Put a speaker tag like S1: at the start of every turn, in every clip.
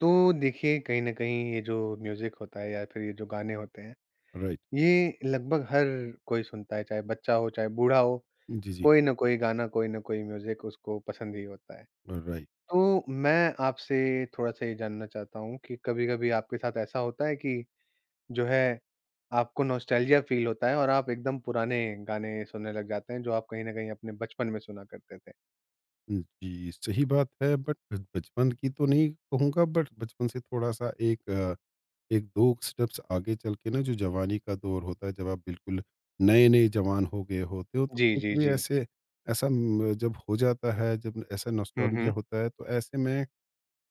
S1: तो देखिए कहीं न कहीं ये जो म्यूज़िक होता है या फिर ये जो गाने होते हैं,
S2: राइट।
S1: ये लगभग हर कोई सुनता है, चाहे बच्चा हो, चाहे बूढ़ा हो,
S2: जी, जी।
S1: कोई ना कोई गाना, कोई ना कोई म्यूज़िक उसको पसंद ही होता है।
S2: राइट।
S1: तो मैं आपसे थोड़ा-सा ये जानना चाहता हूँ कि कभी-कभी आपके साथ ऐसा होता है कि जो है, आपको नॉस्टैल्जिया फ़ील होता है और आप एकदम पुराने गाने सुनने लग जाते हैं, जो आप कहीं न कहीं अपने बचपन में सुना करते थे?
S2: जी, सही बात है बट बचपन की तो नहीं कहूँगा बट बचपन से थोड़ा-सा एक 1-2 स्टेप्स आगे चल के ना जो जवानी का दौर होता है, जब आप बिल्कुल नए-नए जवान हो गए होते हो तो
S1: जी, जी,
S2: कभी-कभी
S1: जी।
S2: ऐसे ऐसा म जब हो जाता है, जब ऐसा
S1: हुँ,
S2: नॉस्टैल्जिया
S1: हुँ।
S2: होता है तो ऐसे में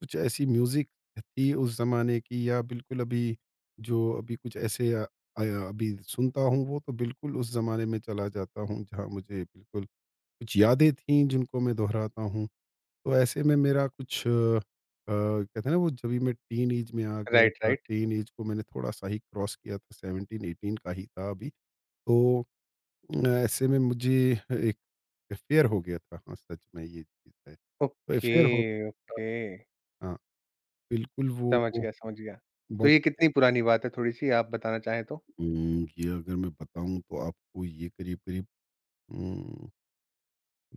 S2: कुछ ऐसी म्यूज़िक थी उस ज़माने की या बिल्कुल अभी जो अभी कुछ ऐसे अ, अभी सुनता हूँ वो तो बिल्कुल उस ज़माने में चला जाता हूँ जहाँ मुझे बिल्कुल कुछ यादें थीं जिनको मैं दोहराता हूँ। तो ऐसे में मेरा कुछ कहते हैं ना वो जब भी मैं टीन ऐज में आ गया
S1: राइट,
S2: था,
S1: राइट।
S2: टीन ऐज को मैंने थोड़ा-सा ही क्रॉस किया था 17-18 का ही था अभी। तो ऐसे में मुझे एक अफेयर हो गया था। हाँ, सच में ये चीज़ है। तो
S1: ओके,
S2: अफेयर हो गया
S1: ओके।
S2: था। हाँ, बिल्कुल
S1: समझ
S2: वो
S1: गया, समझ गया। तो
S2: बहुत
S1: ये कितनी पुरानी बात है थोड़ी-सी आप बताना चाहें तो?
S2: ये अगर मैं बताऊँ तो आपको ये करीब-करीब उम,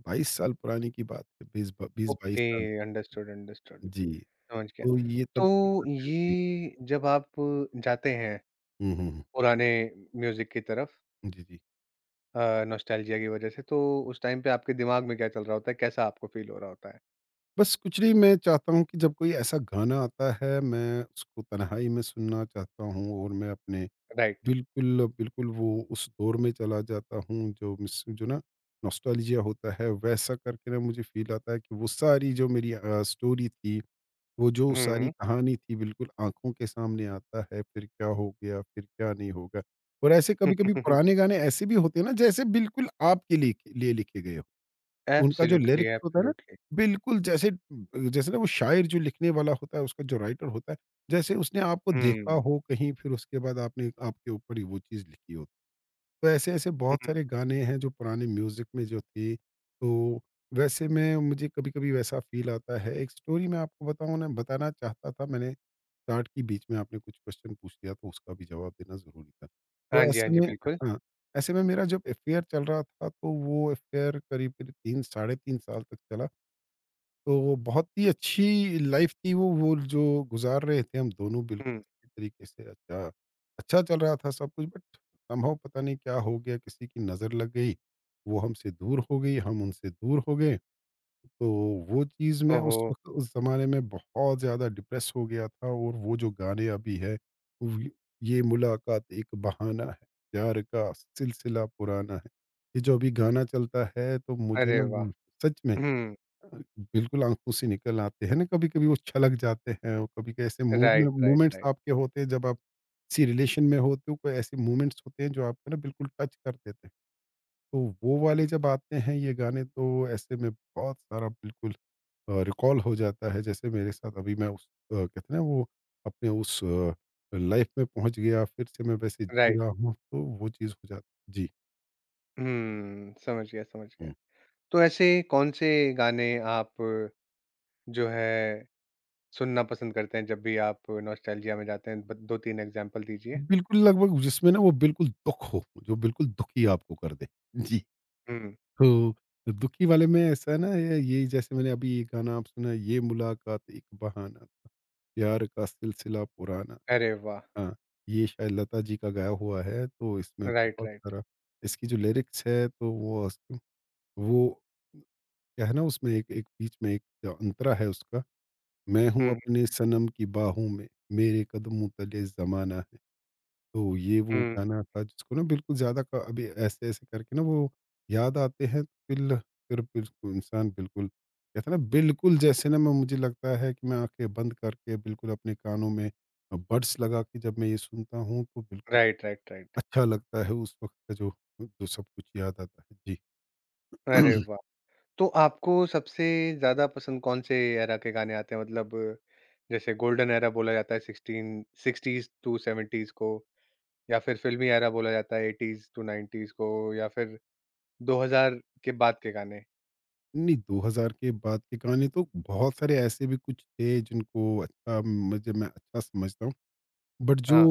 S2: 22 साल पुरानी की बात है। 20 ब 20-22
S1: ओके,
S2: साल।
S1: अंडरस्टूड, अंडरस्टूड,
S2: जी,
S1: समझ गया।
S2: तो ये तब
S1: तो
S2: की बात है। जी।
S1: ये जब आप जाते हैं
S2: हुँ, हुँ, हुँ।
S1: पुराने म्यूज़िक की तरफ
S2: जी, जी।
S1: नॉस्टैल्जिया की वज़ह से, तो उस टाइम पे आपके दिमाग में क्या चल रहा होता है? कैसा आपको फ़ील हो रहा होता है?
S2: बस कुछ नहीं, मैं चाहता हूँ कि जब कोई ऐसा गाना आता है मैं उसको तन्हाई में सुनना चाहता हूँ और मैं अपने
S1: राइट।
S2: बिल्कुल वो उस दौर में चला जाता हूँ जो मिस जो ना नॉस्टैल्जिया होता है वैसा करके ना मुझे फ़ील आता है कि वो सारी जो मेरी स्टोरी थी, वो जो
S1: हुँ,
S2: सारी
S1: हुँ।
S2: कहानी थी बिल्कुल आँखों के सामने आता है, फिर क्या हो गया, फिर क्या नहीं होगा। और ऐसे कभी-कभी पुराने गाने ऐसे भी होते हैं ना जैसे बिल्कुल आपके लिए लिए लिखे गए हों। उनका जो
S1: एब्सोल्युटली,
S2: लिरिक्स होता है ना,
S1: एब्सोल्युटली।
S2: बिल्कुल जैसे जैसे ना वो शायर जो लिखने वाला होता है, उसका जो राइटर होता है, जैसे उसने आपको देखा
S1: हुँ,
S2: हो कहीं फिर उसके बाद आपने आपके ऊपर ही वो चीज़ लिखी हो। तो ऐसे-ऐसे बहुत
S1: हुँ।
S2: सारे गाने हैं जो पुराने म्यूज़िक में जो थे, तो वैसे में मुझे कभी-कभी वैसा फ़ील आता है। एक स्टोरी मैं आपको बताऊँ ना, बताना चाहता था, मैंने स्टार्ट की, बीच में आपने कुछ क्वेश्चन पूछ लिया तो उसका भी जवाब देना ज़रूरी था।
S1: हाँ
S2: तो
S1: जी, हाँ
S2: ऐसे
S1: जी,
S2: में
S1: बिल्कुल।
S2: हाँ, ऐसे में मेरा जब अफ़ेयर चल रहा था तो वो अफ़ेयर करीब-करीब 3 साढ़े 3 साल तक चला। तो वो बहुत ही अच्छी लाइफ़ थी। वो जो गुज़ार रहे थे हम दोनों बिल्कुल
S1: हुँ।
S2: अच्छी तरीके से। अच्छा अच्छा चल रहा था सब कुछ बट समहाउ पता नहीं क्या हो गया, किसी की नज़र लग गई। वो हमसे दूर हो गई, हम उनसे दूर हो गए। तो वो चीज़ मैं
S1: ओहो!
S2: उस वक़्त उस ज़माने में बहुत ज़्यादा डिप्रेस हो गया था और वो जो गाने अभी है, व ये मुलाकात एक बहाना है, प्यार का सिलसिला पुराना है। ये जो अभी गाना चलता है तो मुझे
S1: अरे
S2: ना
S1: वाह!
S2: सच में
S1: हुँ,
S2: अ, बिल्कुल आँखों से निकल आते हैं ना कभी-कभी, वो छलक जाते हैं और कभी कभी ऐसे मूड में
S1: राइट, राइट,
S2: मोमेंट्स
S1: राइट।
S2: आपके होते हैं जब आप किसी रिलेशन में होते हो, कोई ऐसे मोमेंट्स होते हैं जो आपको ना बिल्कुल टच कर देते हैं। तो वो वाले
S1: हुँ,
S2: जब आते हैं ये गाने तो ऐसे में बहुत सारा बिल्कुल रिकॉल हो जाता है जैसे मेरे साथ अभी मैं उस कहते हैं ना वो अपने उस लाइफ में पहुंच गया फिर से, मैं वैसे जी
S1: राइट।
S2: रहा हूँ तो वो चीज़ हो जाती है। जी।
S1: हुँ, समझ गया, समझ गया।
S2: हुँ।
S1: तो ऐसे कौन से गाने आप जो है सुनना पसंद करते हैं जब भी आप नॉस्टैल्जिया में जाते हैं? ब 2-3 एग्ज़ाम्पल दीजिए।
S2: बिल्कुल लगभग जिसमें ना वो बिल्कुल दुख हो, जो बिल्कुल दुखी आपको कर दे। जी,
S1: हुँ।
S2: तो दुखी वाले में ऐसा है ना ये जैसे मैंने अभी ये गाना आप सुना, ये मुलाकात एक बहाना था, प्यार का सिलसिला पुराना।
S1: अरे वाह!
S2: हाँ, ये शायद लता जी का गाया हुआ है तो इसमें
S1: राइट,
S2: बहुत
S1: राइट।
S2: सारा, इसकी जो लिरिक्स है तो वो क्या है ना उसमें एक एक बीच में एक अंतरा है उसका, मैं हूँ
S1: हुँ,
S2: अपने सनम की बाहों में, मेरे कदमों तले ज़माना है। तो ये वो
S1: हुँ।
S2: गाना था जिसको ना बिल्कुल ज़्यादा क अभी ऐसे-ऐसे करके ना वो याद आते हैं, फिल फिर बिल्कुल इंसान बिल्कुल कहते हैं ना, बिल्कुल जैसे ना मैं, मुझे लगता है कि मैं आँखें बंद करके बिल्कुल अपने कानों में बड्स लगा के जब मैं ये सुनता हूँ तो बिल्कुल
S1: राइट, राइट, राइट।
S2: अच्छा लगता है, उस वक़्त का जो जो सब कुछ याद आता है।
S1: अरे
S2: जी।
S1: वाह! तो आपको सबसे ज़्यादा पसंद कौन से एरा के गाने आते हैं? मतलब जैसे गोल्डन एरा बोला जाता है 16 60s टू 70s को या फिर फिल्मी एरा बोला जाता है 80s टू 90s को या फिर 2000 के बाद के गाने?
S2: नहीं, 2000 के बाद के गाने तो बहुत सारे ऐसे भी कुछ थे जिनको अच्छा, मुझे मैं अच्छा समझता हूँ। बट जो
S1: हाँ।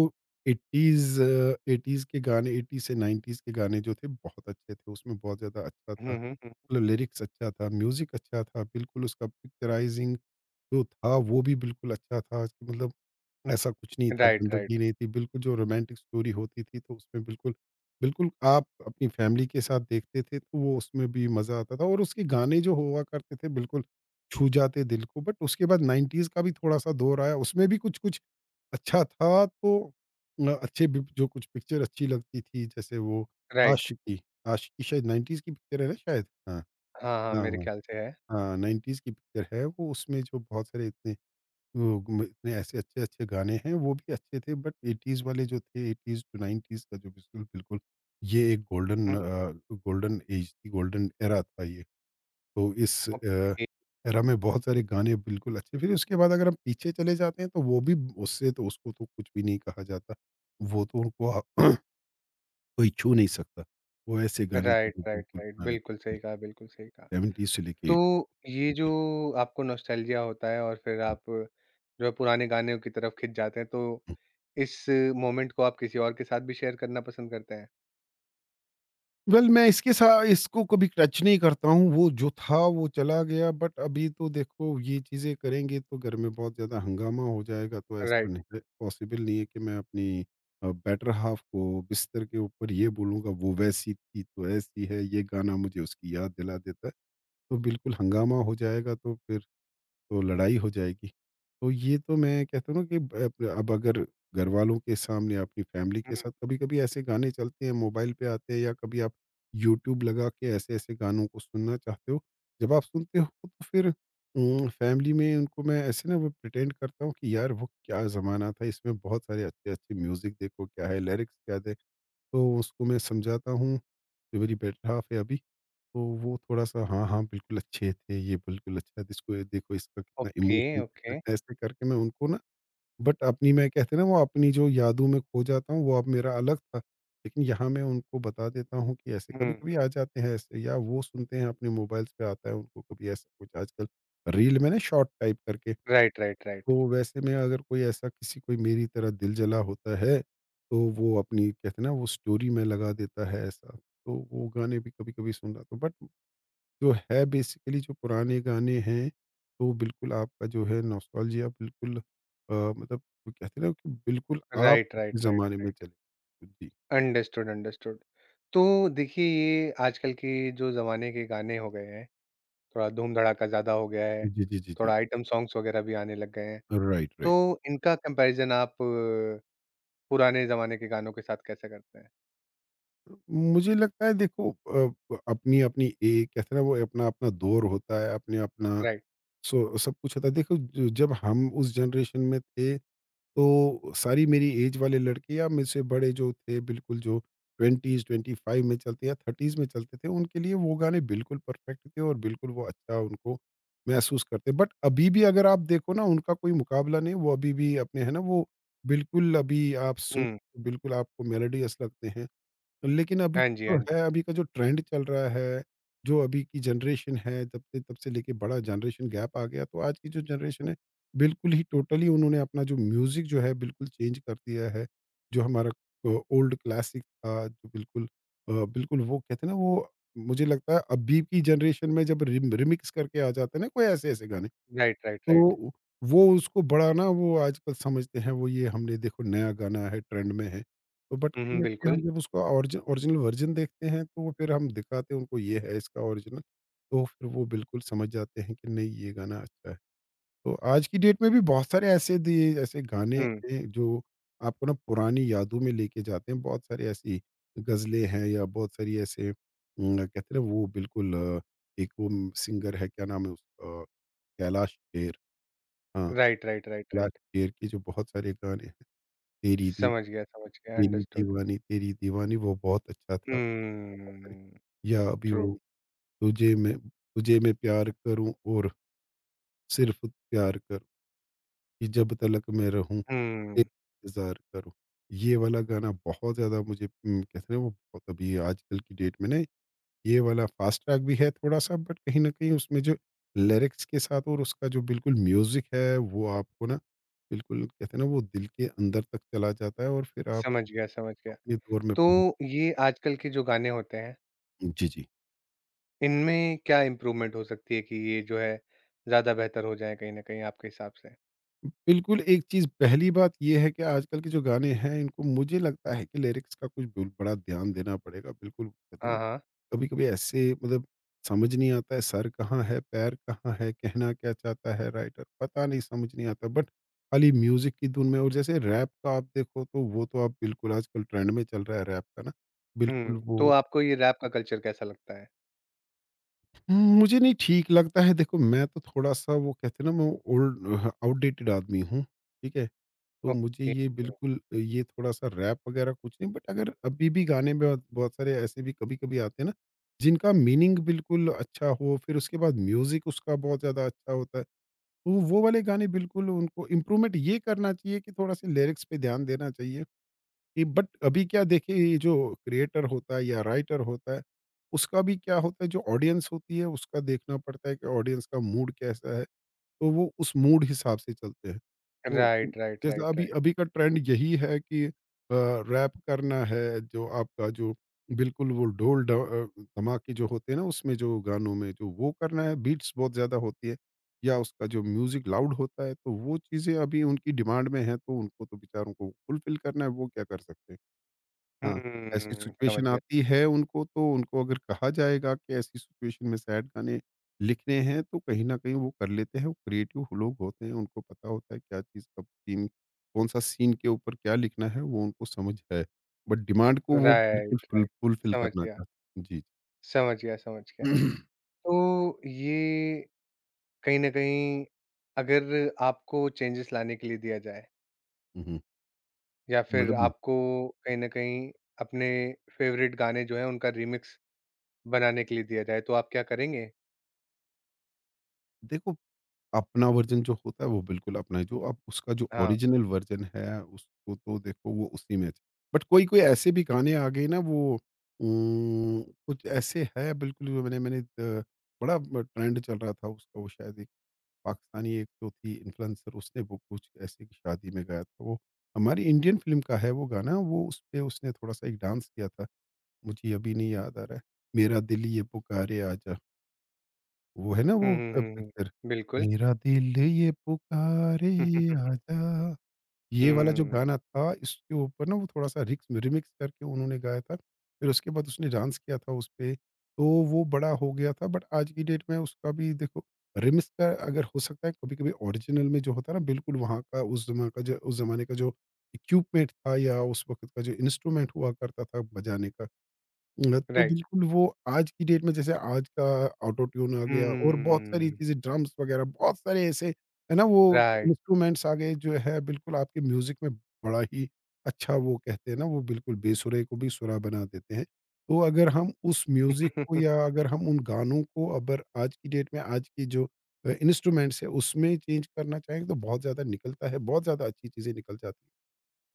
S2: 80s के गाने, 80s से 90s के गाने जो थे बहुत अच्छे थे। उसमें बहुत ज़्यादा अच्छा था,
S1: हुँ, हुँ, हुँ।
S2: मतलब लिरिक्स अच्छा था, म्यूज़िक अच्छा था, बिल्कुल उसका पिक्चराइज़िंग जो था वो भी बिल्कुल अच्छा था। मतलब ऐसा कुछ नहीं था,
S1: राइट,
S2: गंदगी
S1: राइट।
S2: नहीं थी, बिल्कुल जो रोमांटिक स्टोरी होती थी तो उसमें बिल्कुल बिल्कुल आप अपनी फैमिली के साथ देखते थे तो वो, उसमें भी मज़ा आता था और उसके गाने जो हुआ करते थे बिल्कुल छू जाते दिल को। बट उसके बाद 90s का भी थोड़ा-सा दौर आया, उसमें भी कुछ-कुछ अच्छा था तो अच्छे बि जो कुछ पिक्चर अच्छी लगती थी जैसे वो
S1: राइट।
S2: आशिकी, आशिकी शायद 90s की पिक्चर है ना शायद? हाँ,
S1: हाँ, हाँ,
S2: हाँ,
S1: मेरे
S2: हाँ,
S1: ख्याल से है।
S2: हाँ, 90s की पिक्चर है वो, उसमें जो बहुत सारे इतने, वो म इतने ऐसे अच्छे-अच्छे गाने हैं, वो भी अच्छे थे बट 80s वाले जो थे, 80s टू 90s का जो बिल्कुल ये एक
S1: हुँ,
S2: गोल्डन ऐज थी, गोल्डन एरा था ये। तो इस
S1: ओके,
S2: एरा में बहुत सारे गाने बिल्कुल अच्छे। फिर उसके बाद अगर हम पीछे चले जाते हैं तो वो भी, उससे तो उसको तो कुछ भी नहीं कहा जाता। वो तो उनको कोई छू नहीं सकता। वो ऐसे हुँ। गाने थे
S1: राइट,
S2: जो
S1: राइट,
S2: बिल्कुल
S1: राइट,
S2: पुराने थे।
S1: बिल्कुल
S2: जी,
S1: सही कहा, बिल्कुल सही कहा।
S2: 70s से लेके
S1: तो
S2: 80s।
S1: ये जो
S2: जी,
S1: आपको नॉस्टैल्जिया होता है और फिर
S2: हुँ,
S1: आप
S2: हुँ।
S1: जो है पुराने गानों की तरफ खिंच जाते हैं, तो इस मोमेंट को आप किसी और के साथ भी शेयर करना पसंद करते हैं?
S2: वेल मैं इसके साथ इसको कभी टच नहीं करता हूँ, वो जो था वो चला गया, बट अभी तो देखो ये चीज़ें करेंगे तो घर में बहुत ज़्यादा हंगामा हो जाएगा तो ऐसा,
S1: राइट,
S2: नहीं पॉसिबल नहीं है कि मैं अपनी बेटर हाल्फ को बिस्तर के ऊपर ये बोलूँगा वो वैसी थी तो ऐसी है, ये गाना मुझे उसकी याद दिला देता है। तो बिल्कुल हंगामा हो जाएगा तो फिर तो लड़ाई हो जाएगी। तो ये तो मैं कहता हूँ ना कि ब अब अगर घरवालों के सामने अपनी फ़ैमिली के
S1: हुँ,
S2: साथ कभी-कभी ऐसे गाने चलते हैं, मोबाइल पे आते हैं या कभी आप यूट्यूब लगा के ऐसे-ऐसे गानों को सुनना चाहते हो। जब आप सुनते हो तो फिर फ़ैमिली में उनको मैं ऐसे ना वो प्रिटेंड करता हूँ कि यार वो क्या ज़माना था, इसमें बहुत सारे अच्छे-अच्छे म्यूज़िक देखो क्या है, लिरिक्स क्या थे। तो उसको मैं समझाता हूँ, जो मेरी बेटर हाफ़ है अभी, तो वो थोड़ा-सा हाँ, हाँ, बिल्कुल अच्छे थे, ये बिल्कुल अच्छा इसको, ये देखो इसका कितना
S1: ओके,
S2: इमोशन कितना,
S1: ओके।
S2: ऐसे करके मैं उनको ना बट अपनी, मैं कहते हैं ना वो, अपनी जो यादों में खो जाता हूँ, वो अब मेरा अलग था। लेकिन यहाँ मैं उनको बता देता हूँ कि ऐसे
S1: हुँ,
S2: कभी-कभी आ
S1: हुँ,
S2: जाते हैं ऐसे या वो सुनते हैं अपने मोबाइल्स पे आता है उनको कभी ऐसा कुछ आजकल रील में ना शॉर्ट टाइप करके,
S1: राइट, राइट, राइट।
S2: तो वैसे में अगर कोई ऐसा किसी कोई मेरी तरह दिल जला होता है, तो वो अपनी कहते हैं ना वो स्टोरी में लगा देता है ऐसा। तो वो गाने भी कभी-कभी सुन रहा था बट जो है बेसिकली जो पुराने गाने हैं, तो बिल्कुल आपका जो है नॉस्टैल्जिया बिल्कुल मतलब वो कहते हैं ना कि बिल्कुल आप
S1: राइट,
S2: उस
S1: राइट, राइट,
S2: ज़माने में
S1: राइट।
S2: चले। जी।
S1: Understood, understood. तो देखिए, ये आजकल के जो ज़माने के गाने हो गए हैं थोड़ा धूम-धड़ाका ज़्यादा हो गया है,
S2: जी, जी, जी, जी।
S1: थोड़ा आइटम सॉन्ग्स वगैरह भी आने लग गए हैं।
S2: Right, right.
S1: तो इनका कंपैरिज़न आप पुराने ज़माने के गानों के साथ कैसे करते हैं?
S2: मुझे लगता है देखो अपनी-अपनी ए कहते हैं ना वो अपना-अपना दौर होता है, अपने-अपना
S1: राइट।
S2: सो सब कुछ होता है। देखो ज जब हम उस जनरेशन में थे तो सारी मेरी एज वाले लड़के या मुझसे बड़े जो थे बिल्कुल, जो 20s 25 में चलते या 30s में चलते थे उनके लिए वो गाने बिल्कुल परफेक्ट थे और बिल्कुल वो अच्छा उनको महसूस करते। बट अभी भी अगर आप देखो ना उनका कोई मुकाबला नहीं, वो अभी भी अपने है ना वो बिल्कुल अभी आप सुन,
S1: हुँ।
S2: बिल्कुल आपको मेलोडियस लगते हैं। लेकिन अभी
S1: हाँ जी,
S2: जो
S1: हाँ जी।
S2: है, अभी का जो ट्रेंड चल रहा है, जो अभी की जनरेशन है, तब से लेके बड़ा जनरेशन गैप आ गया, तो आज की जो जनरेशन है, बिल्कुल ही टोटली उन्होंने अपना जो म्यूज़िक जो है, बिल्कुल चेंज कर दिया है। जो हमारा ओल्ड क्लासिक था, जो बिल्कुल वो कहते हैं ना वो, मुझे लगता है अभी की जनरेशन में जब रिमिक्स करके आ जाते हैं ना कोई ऐसे-ऐसे गाने
S1: राइट, राइट, राइट।
S2: तो वो उसको बड़ा ना वो आजकल समझते हैं वो, ये हमने देखो नया गाना है, ट्रेंड में है। तो बट
S1: हुँ,
S2: कहीं
S1: हुँ,
S2: न कहीं हम
S1: बिल्कुल।
S2: जब उसका ओरिजिनल वर्जन देखते हैं तो वो फिर हम दिखाते हैं उनको ये है इसका ओरिजिनल। तो फिर वो बिल्कुल समझ जाते हैं कि नहीं, ये गाना अच्छा है। तो आज की डेट में भी बहुत सारे ऐसे गाने
S1: हुँ।
S2: हैं जो आपको ना पुरानी यादों में लेके जाते हैं। बहुत सारी ऐसी गज़लें हैं या बहुत सारी ऐसे कहते हैं ना, वो बिल्कुल एक वो सिंगर है, क्या नाम है उसका? कैलाश खेर। हाँ।
S1: Right, right, right,
S2: Kailash
S1: right.
S2: Kher के जो बहुत सारे गाने हैं, तेरी दी
S1: समझ गया,
S2: तेरी
S1: अंडरस्टूड।
S2: दीवानी तेरी दीवानी वो बहुत अच्छा था। बहुत सारे-
S1: हुँ,
S2: या अभी
S1: ट्रू।
S2: वो तुझे मैं तुझे मैं प्यार करूँ और सिर्फ़ प्यार करूँ, कि जब तलक मैं रहूँ
S1: हुँ,
S2: तेरा इंतज़ार करूँ। ये वाला गाना बहुत ज़्यादा मुझे कहते हैं ना, वो बहुत अभी आजकल की डेट में ना, ये वाला फास्ट ट्रैक भी है थोड़ा-सा, बट कहीं न कहीं उसमें जो लिरिक्स के साथ और उसका जो बिल्कुल म्यूज़िक है, वो आपको ना बिल्कुल कहते हैं ना, वो दिल के अंदर तक चला जाता है और फिर आप
S1: समझ गया, समझ गया।
S2: अपने दौर में पहुँच।
S1: तो ये आजकल के जो गाने होते हैं,
S2: जी, जी।
S1: इनमें क्या इम्प्रूवमेंट हो सकती है कि ये जो है ज़्यादा बेहतर हो जाएँ कहीं न कहीं आपके हिसाब से?
S2: बिल्कुल, एक चीज़ पहली बात ये है कि आजकल के जो गाने हैं, इनको मुझे लगता है कि लिरिक्स का कुछ बिल बड़ा ध्यान देना पड़ेगा, बिल्कुल कहते हैं ना,
S1: हाँ, हाँ।
S2: कभी-कभी ऐसे मतलब समझ नहीं आता है, सर कहाँ है, पैर कहाँ है, कहना क्या चाहता है राइटर, पता नहीं, समझ नहीं आता। बट खाली म्यूज़िक की धुन में, और जैसे रैप का आप देखो, तो वो तो आप बिल्कुल आजकल ट्रेंड में चल रहा है, रैप का ना, बिल्कुल
S1: हुँ, तो
S2: वो।
S1: आपको ये रैप का कल्चर कैसा लगता है?
S2: मुझे नहीं ठीक लगता है, देखो मैं तो थोड़ा-सा वो कहते हैं ना, मैं ओल्ड आउटडेटेड आदमी हूँ, ठीक है? तो मुझे
S1: ओके।
S2: ये बिल्कुल ये थोड़ा-सा रैप वगैरह कुछ नहीं, बट अगर अभी भी गाने में बहुत बहुत सारे ऐसे भी कभी-कभी आते हैं ना, जिनका मीनिंग बिल्कुल अच्छा हो, फिर उसके बाद म्यूज़िक उसका बहुत ज़्यादा अच्छा होता है। तो वो वाले गाने, बिल्कुल उनको इम्प्रूवमेंट ये करना चाहिए कि थोड़ा-सा लिरिक्स पे ध्यान देना चाहिए कि। बट अभी क्या देखिए, ये जो क्रिएटर होता है या राइटर होता है, उसका भी क्या होता है, जो ऑडियंस होती है उसका देखना पड़ता है कि ऑडियंस का मूड कैसा है। तो वो उस मूड हिसाब से चलते हैं। तो उ
S1: राइट, राइट,
S2: जैसे
S1: राइट,
S2: अभी
S1: राइट।
S2: अभी का ट्रेंड यही है कि रैप करना है, जो आपका जो बिल्कुल वो ढोल धमाके जो होते हैं ना, उसमें जो गानों में जो वो करना है, बीट्स बहुत ज़्यादा होती है या उसका जो म्यूज़िक लाउड होता है, तो वो चीज़ें अभी उनकी डिमांड में है, तो उनको तो बेचारों को फुलफ़िल करना है, वो क्या कर सकते हैं। हाँ, ऐसी
S1: हुँ, समझ
S2: सिचुएशन
S1: गया।
S2: आती है उनको, तो उनको अगर कहा जाएगा कि ऐसी सिचुएशन में सैड गाने लिखने हैं, तो कहीं न कहीं वो कर लेते हैं, वो क्रिएटिव लोग होते हैं, उनको पता होता है क्या चीज़ कब, सीन कौन-सा सीन के ऊपर क्या लिखना है, वो उनको समझ है। बट डिमांड को वो बिल्कुल
S1: राइट,
S2: फुल
S1: राइट।
S2: फुलफिल
S1: समझ
S2: करना
S1: गया,
S2: चाहते हैं। जी।
S1: समझ गया, समझ गया। तो ये कहीं न कहीं अगर आपको चेंजेस लाने के लिए दिया जाए
S2: हुँ, हुँ।
S1: या फिर
S2: मतलब
S1: आपको कहीं न कहीं अपने फ़ेवरेट गाने जो हैं उनका रीमिक्स बनाने के लिए दिया जाए, तो आप क्या करेंगे?
S2: देखो, अपना वर्ज़न जो होता है वो बिल्कुल अपना है, जो अब उसका जो
S1: हाँ।
S2: ओरिजिनल वर्ज़न है उसको, तो देखो वो उसी में अच्छा। बट कोई-कोई ऐसे भी गाने आ गए ना वो, उम, कुछ ऐसे है बिल्कुल जो मैंने मैंने बड़ा ब ट्रेंड चल रहा था उसका। वो शायद एक पाकिस्तानी, एक जो थी इन्फ्लुएंसर, उसने वो कुछ ऐसे की शादी में गाया था वो, हमारी इंडियन फ़िल्म का है वो गाना, वो उसपे उसने थोड़ा-सा एक डांस किया था, मुझे अभी नहीं याद आ रहा है। मेरा दिल ये पुकारे आजा। वो है ना
S1: हुँ,
S2: वो
S1: हुँ, हुँ, हुँ।
S2: पिक्चर
S1: बिल्कुल।
S2: मेरा दिल ये पुकारे आजा, ये वाला जो
S1: हुँ,
S2: गाना था इसके ऊपर ना, वो थोड़ा-सा रिक्स रिमिक्स करके उन्होंने गाया था। फिर उसके बाद उसने डांस किया था उसपे, तो वो बड़ा हो गया था। बट आज की डेट में उसका भी देखो रिमिक्स का अगर हो सकता है, कभी-कभी ओरिजिनल में जो होता है ना बिल्कुल, वहाँ का उस ज़माने का जो इक्विपमेंट था या उस वक़्त का जो इंस्ट्रूमेंट हुआ करता था बजाने का न, तो
S1: राइट।
S2: बिल्कुल वो आज की डेट में जैसे आज का ऑटो ट्यून आ गया और बहुत सारी
S1: हुँ,
S2: चीज़ें, ड्रम्स वगैरह, बहुत सारे ऐसे है ना वो
S1: राइट।
S2: इंस्ट्रूमेंट्स आ गए, जो है बिल्कुल आपके म्यूज़िक में बड़ा ही अच्छा, वो कहते हैं ना, वो बिल्कुल बेसुरे को भी सुरा बना देते हैं। तो अगर हम उस म्यूज़िक को या अगर हम उन गानों को अगर आज की डेट में आज की जो इंस्ट्रूमेंट्स है उसमें चेंज करना चाहेंगे, तो बहुत ज़्यादा निकलता है, बहुत ज़्यादा अच्छी चीज़ें निकल जाती है।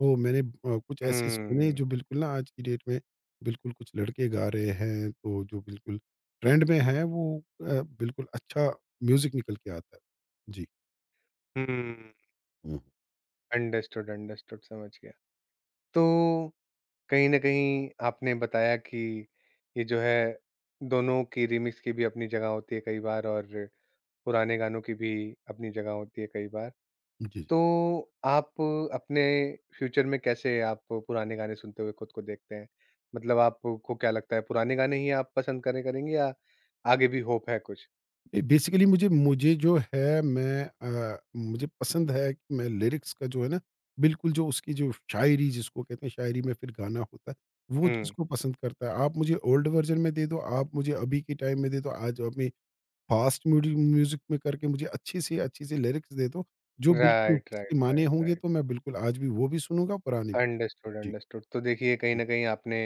S2: तो मैंने कुछ ऐसे सुने
S1: हुँ,
S2: जो बिल्कुल ना आज की डेट में बिल्कुल कुछ लड़के गा रहे हैं, तो जो बिल्कुल ट्रेंड में है, वो बिल्कुल अच्छा म्यूज़िक निकल के आता है। जी।
S1: हुँ।
S2: हुँ।
S1: अंडरस्टूड, अंडरस्टूड समझ गया। तो कहीं न कहीं आपने बताया कि ये जो है दोनों की रीमिक्स की भी अपनी जगह होती है कई बार और पुराने गानों की भी अपनी जगह होती है कई बार।
S2: जी, जी।
S1: तो आप अपने फ्यूचर में कैसे आप पुराने गाने सुनते हुए खुद को देखते हैं? मतलब आपको क्या लगता है पुराने गाने ही आप पसंद करें करेंगे या आगे भी होप है कुछ?
S2: ये बेसिकली मुझे मुझे जो है मैं मुझे पसंद है कि मैं लिरिक्स का जो है ना, बिल्कुल जो उसकी जो शायरी, जिसको कहते हैं शायरी में फिर गाना होता है, वो चीज़
S1: हुँ।
S2: को पसंद करता है। आप मुझे ओल्ड वर्ज़न में दे दो, आप मुझे अभी के टाइम में दे दो, आज अभी फ़ास्ट म्यूडि म्यूज़िक में करके मुझे अच्छी से अच्छी सी लिरिक्स दे दो, जो बिल्कुल
S1: राइट, राइट,
S2: इसके मायने
S1: राइट,
S2: होंगे,
S1: राइट।
S2: तो मैं बिल्कुल आज भी वो भी सुनूँगा, पुराने भी।
S1: अंडरस्टूड,
S2: जी।
S1: अंडरस्टूड। तो देखिए कहीं न कहीं आपने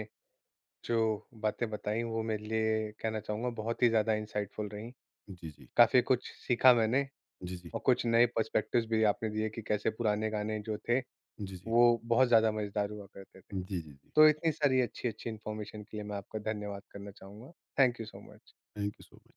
S1: जो बातें बताई वो मेरे लिए कहना चाहूँगा बहुत ही ज़्यादा इंसाइटफुल रहीं।
S2: जी, जी।
S1: काफ़ी कुछ सीखा मैंने
S2: जी, जी।
S1: और कुछ नए पर्सपेक्टिव्स भी आपने दिए कि कैसे पुराने गाने जो थे
S2: जी, जी।
S1: वो बहुत ज़्यादा मज़ेदार हुआ करते थे।
S2: जी, जी, जी।
S1: तो इतनी सारी अच्छी-अच्छी इन्फॉर्मेशन के लिए मैं आपका धन्यवाद करना चाहूँगा। Thank you so much.
S2: Thank you so much.